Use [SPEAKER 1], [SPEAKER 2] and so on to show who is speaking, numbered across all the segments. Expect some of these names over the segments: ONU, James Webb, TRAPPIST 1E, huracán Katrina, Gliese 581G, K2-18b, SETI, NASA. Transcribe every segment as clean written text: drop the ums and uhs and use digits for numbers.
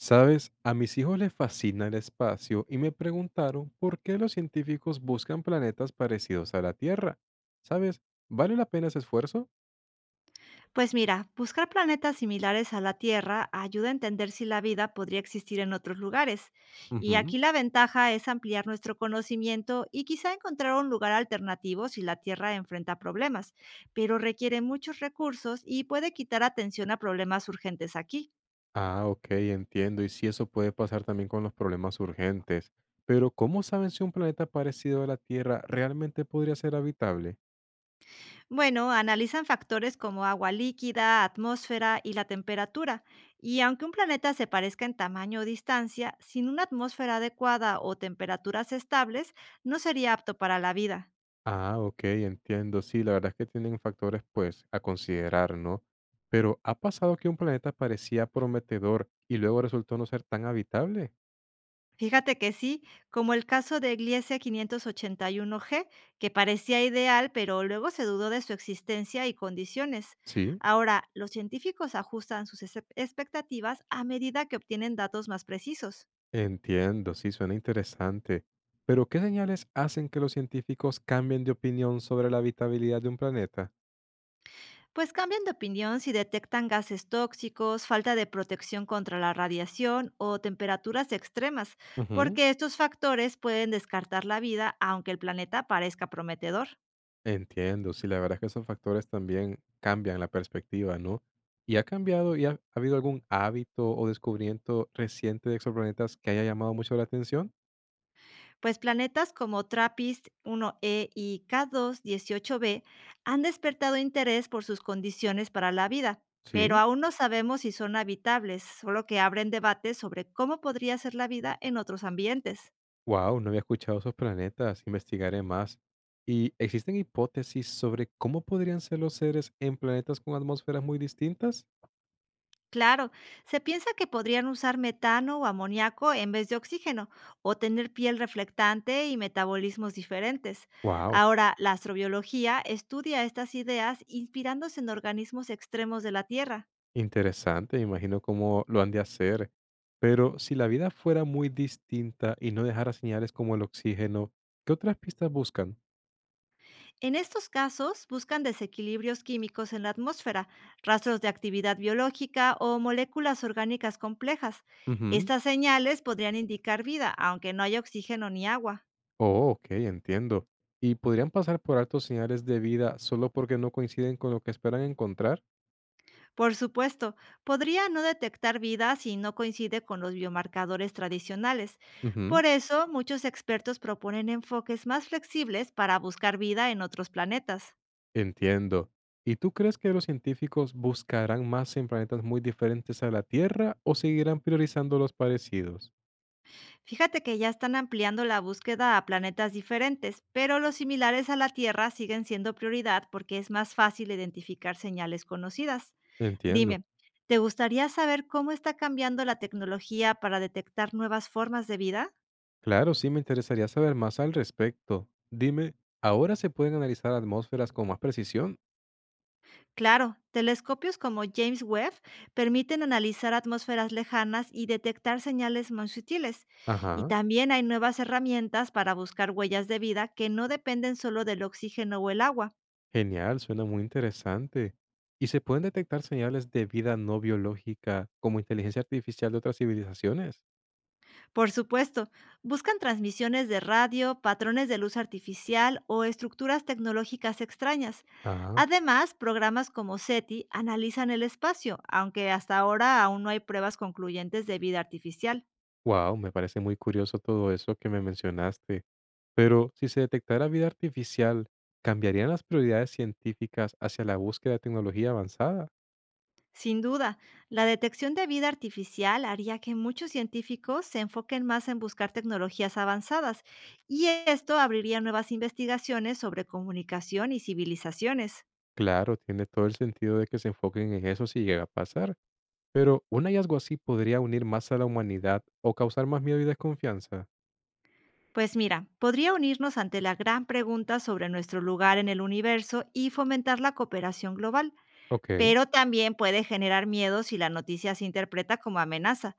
[SPEAKER 1] Sabes, a mis hijos les fascina el espacio y me preguntaron por qué los científicos buscan planetas parecidos a la Tierra. ¿Sabes? ¿Vale la pena ese esfuerzo?
[SPEAKER 2] Pues mira, buscar planetas similares a la Tierra ayuda a entender si la vida podría existir en otros lugares. Y
[SPEAKER 1] Ujú.
[SPEAKER 2] aquí la ventaja es ampliar nuestro conocimiento y quizá encontrar un lugar alternativo si la Tierra enfrenta problemas, pero requiere muchos recursos y puede quitar atención a problemas urgentes aquí.
[SPEAKER 1] Ah, ok, entiendo. Y sí, eso puede pasar también con los problemas urgentes. Pero ¿cómo saben si un planeta parecido a la Tierra realmente podría ser habitable?
[SPEAKER 2] Bueno, analizan factores como agua líquida, atmósfera y la temperatura. Y aunque un planeta se parezca en tamaño o distancia, sin una atmósfera adecuada o temperaturas estables, no sería apto para la vida.
[SPEAKER 1] Ah, ok, entiendo. Sí, la verdad es que tienen factores pues a considerar, ¿no? Pero ¿ha pasado que un planeta parecía prometedor y luego resultó no ser tan habitable?
[SPEAKER 2] Fíjate que sí, como el caso de Gliese 581G, que parecía ideal, pero luego se dudó de su existencia y condiciones.
[SPEAKER 1] Sí.
[SPEAKER 2] Ahora, los científicos ajustan sus expectativas a medida que obtienen datos más precisos.
[SPEAKER 1] Entiendo, sí, suena interesante. Pero, ¿qué señales hacen que los científicos cambien de opinión sobre la habitabilidad de un planeta?
[SPEAKER 2] Pues cambian de opinión si detectan gases tóxicos, falta de protección contra la radiación o temperaturas extremas,
[SPEAKER 1] Ujú.
[SPEAKER 2] porque estos factores pueden descartar la vida aunque el planeta parezca prometedor.
[SPEAKER 1] Entiendo, sí, la verdad es que esos factores también cambian la perspectiva, ¿no? ¿Y ha cambiado y ha habido algún hábito o descubrimiento reciente de exoplanetas que haya llamado mucho la atención?
[SPEAKER 2] Pues planetas como TRAPPIST 1E y K2-18b han despertado interés por sus condiciones para la vida, pero
[SPEAKER 1] Sí.
[SPEAKER 2] aún no sabemos si son habitables, solo que abren debates sobre cómo podría ser la vida en otros ambientes.
[SPEAKER 1] Wow, no había escuchado esos planetas, investigaré más. ¿Y existen hipótesis sobre cómo podrían ser los seres en planetas con atmósferas muy distintas?
[SPEAKER 2] Claro, se piensa que podrían usar metano o amoníaco en vez de oxígeno o tener piel reflectante y metabolismos diferentes.
[SPEAKER 1] Wow,
[SPEAKER 2] Ahora, la astrobiología estudia estas ideas inspirándose en organismos extremos de la Tierra.
[SPEAKER 1] interesante, me imagino cómo lo han de hacer. Pero si la vida fuera muy distinta y no dejara señales como el oxígeno, ¿qué otras pistas buscan?
[SPEAKER 2] En estos casos, buscan desequilibrios químicos en la atmósfera, rastros de actividad biológica o moléculas orgánicas complejas.
[SPEAKER 1] Ujú.
[SPEAKER 2] Estas señales podrían indicar vida, aunque no haya oxígeno ni agua.
[SPEAKER 1] Oh, ok, entiendo. ¿Y podrían pasar por altos señales de vida solo porque no coinciden con lo que esperan encontrar?
[SPEAKER 2] Por supuesto, podría no detectar vida si no coincide con los biomarcadores tradicionales.
[SPEAKER 1] Ujú.
[SPEAKER 2] Por eso, muchos expertos proponen enfoques más flexibles para buscar vida en otros planetas.
[SPEAKER 1] Entiendo. ¿Y tú crees que los científicos buscarán más en planetas muy diferentes a la Tierra o seguirán priorizando los parecidos?
[SPEAKER 2] Fíjate que ya están ampliando la búsqueda a planetas diferentes, pero los similares a la Tierra siguen siendo prioridad porque es más fácil identificar señales conocidas.
[SPEAKER 1] Entiendo.
[SPEAKER 2] Dime, ¿te gustaría saber cómo está cambiando la tecnología para detectar nuevas formas de vida?
[SPEAKER 1] Claro, sí me interesaría saber más al respecto. Dime, ¿ahora se pueden analizar atmósferas con más precisión?
[SPEAKER 2] Claro, telescopios como James Webb permiten analizar atmósferas lejanas y detectar señales muy sutiles. Y
[SPEAKER 1] Ajá,
[SPEAKER 2] también hay nuevas herramientas para buscar huellas de vida que no dependen solo del oxígeno o el agua.
[SPEAKER 1] genial, suena muy interesante. ¿Y se pueden detectar señales de vida no biológica como inteligencia artificial de otras civilizaciones?
[SPEAKER 2] Por supuesto, buscan transmisiones de radio, patrones de luz artificial o estructuras tecnológicas extrañas.
[SPEAKER 1] Ah,
[SPEAKER 2] Además, programas como SETI analizan el espacio, aunque hasta ahora aún no hay pruebas concluyentes de vida artificial.
[SPEAKER 1] wow, me parece muy curioso todo eso que me mencionaste. Pero si se detectara vida artificial, ¿cambiarían las prioridades científicas hacia la búsqueda de tecnología avanzada?
[SPEAKER 2] Sin duda, la detección de vida artificial haría que muchos científicos se enfoquen más en buscar tecnologías avanzadas y esto abriría nuevas investigaciones sobre comunicación y civilizaciones.
[SPEAKER 1] Claro, tiene todo el sentido de que se enfoquen en eso si llega a pasar, pero un hallazgo así podría unir más a la humanidad o causar más miedo y desconfianza.
[SPEAKER 2] Pues mira, podría unirnos ante la gran pregunta sobre nuestro lugar en el universo y fomentar la cooperación global,
[SPEAKER 1] Ok,
[SPEAKER 2] pero también puede generar miedo si la noticia se interpreta como amenaza.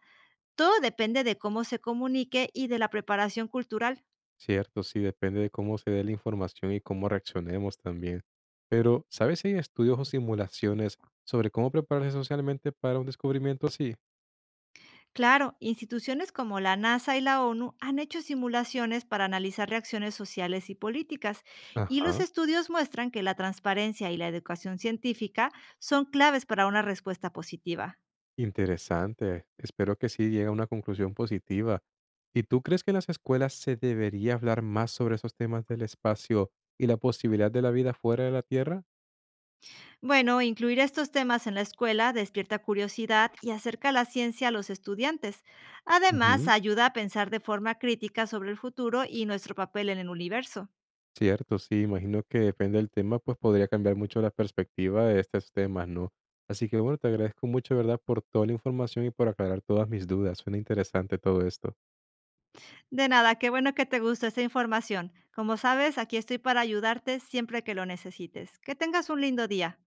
[SPEAKER 2] Todo depende de cómo se comunique y de la preparación cultural.
[SPEAKER 1] cierto, sí, depende de cómo se dé la información y cómo reaccionemos también. Pero, ¿sabes si hay estudios o simulaciones sobre cómo prepararse socialmente para un descubrimiento así?
[SPEAKER 2] Claro, instituciones como la NASA y la ONU han hecho simulaciones para analizar reacciones sociales y políticas, y los
[SPEAKER 1] Ajá.
[SPEAKER 2] estudios muestran que la transparencia y la educación científica son claves para una respuesta positiva.
[SPEAKER 1] Interesante. Espero que sí llegue a una conclusión positiva. ¿Y tú crees que en las escuelas se debería hablar más sobre esos temas del espacio y la posibilidad de la vida fuera de la Tierra?
[SPEAKER 2] Bueno, incluir estos temas en la escuela despierta curiosidad y acerca la ciencia a los estudiantes. Además,
[SPEAKER 1] Ujú.
[SPEAKER 2] ayuda a pensar de forma crítica sobre el futuro y nuestro papel en el universo.
[SPEAKER 1] Cierto, sí, imagino que depende del tema, pues podría cambiar mucho la perspectiva de estos temas, ¿no? Así que bueno, te agradezco mucho, ¿verdad?, por toda la información y por aclarar todas mis dudas. Suena interesante todo esto.
[SPEAKER 2] De nada, qué bueno que te gustó esta información. Como sabes, aquí estoy para ayudarte siempre que lo necesites. Que tengas un lindo día.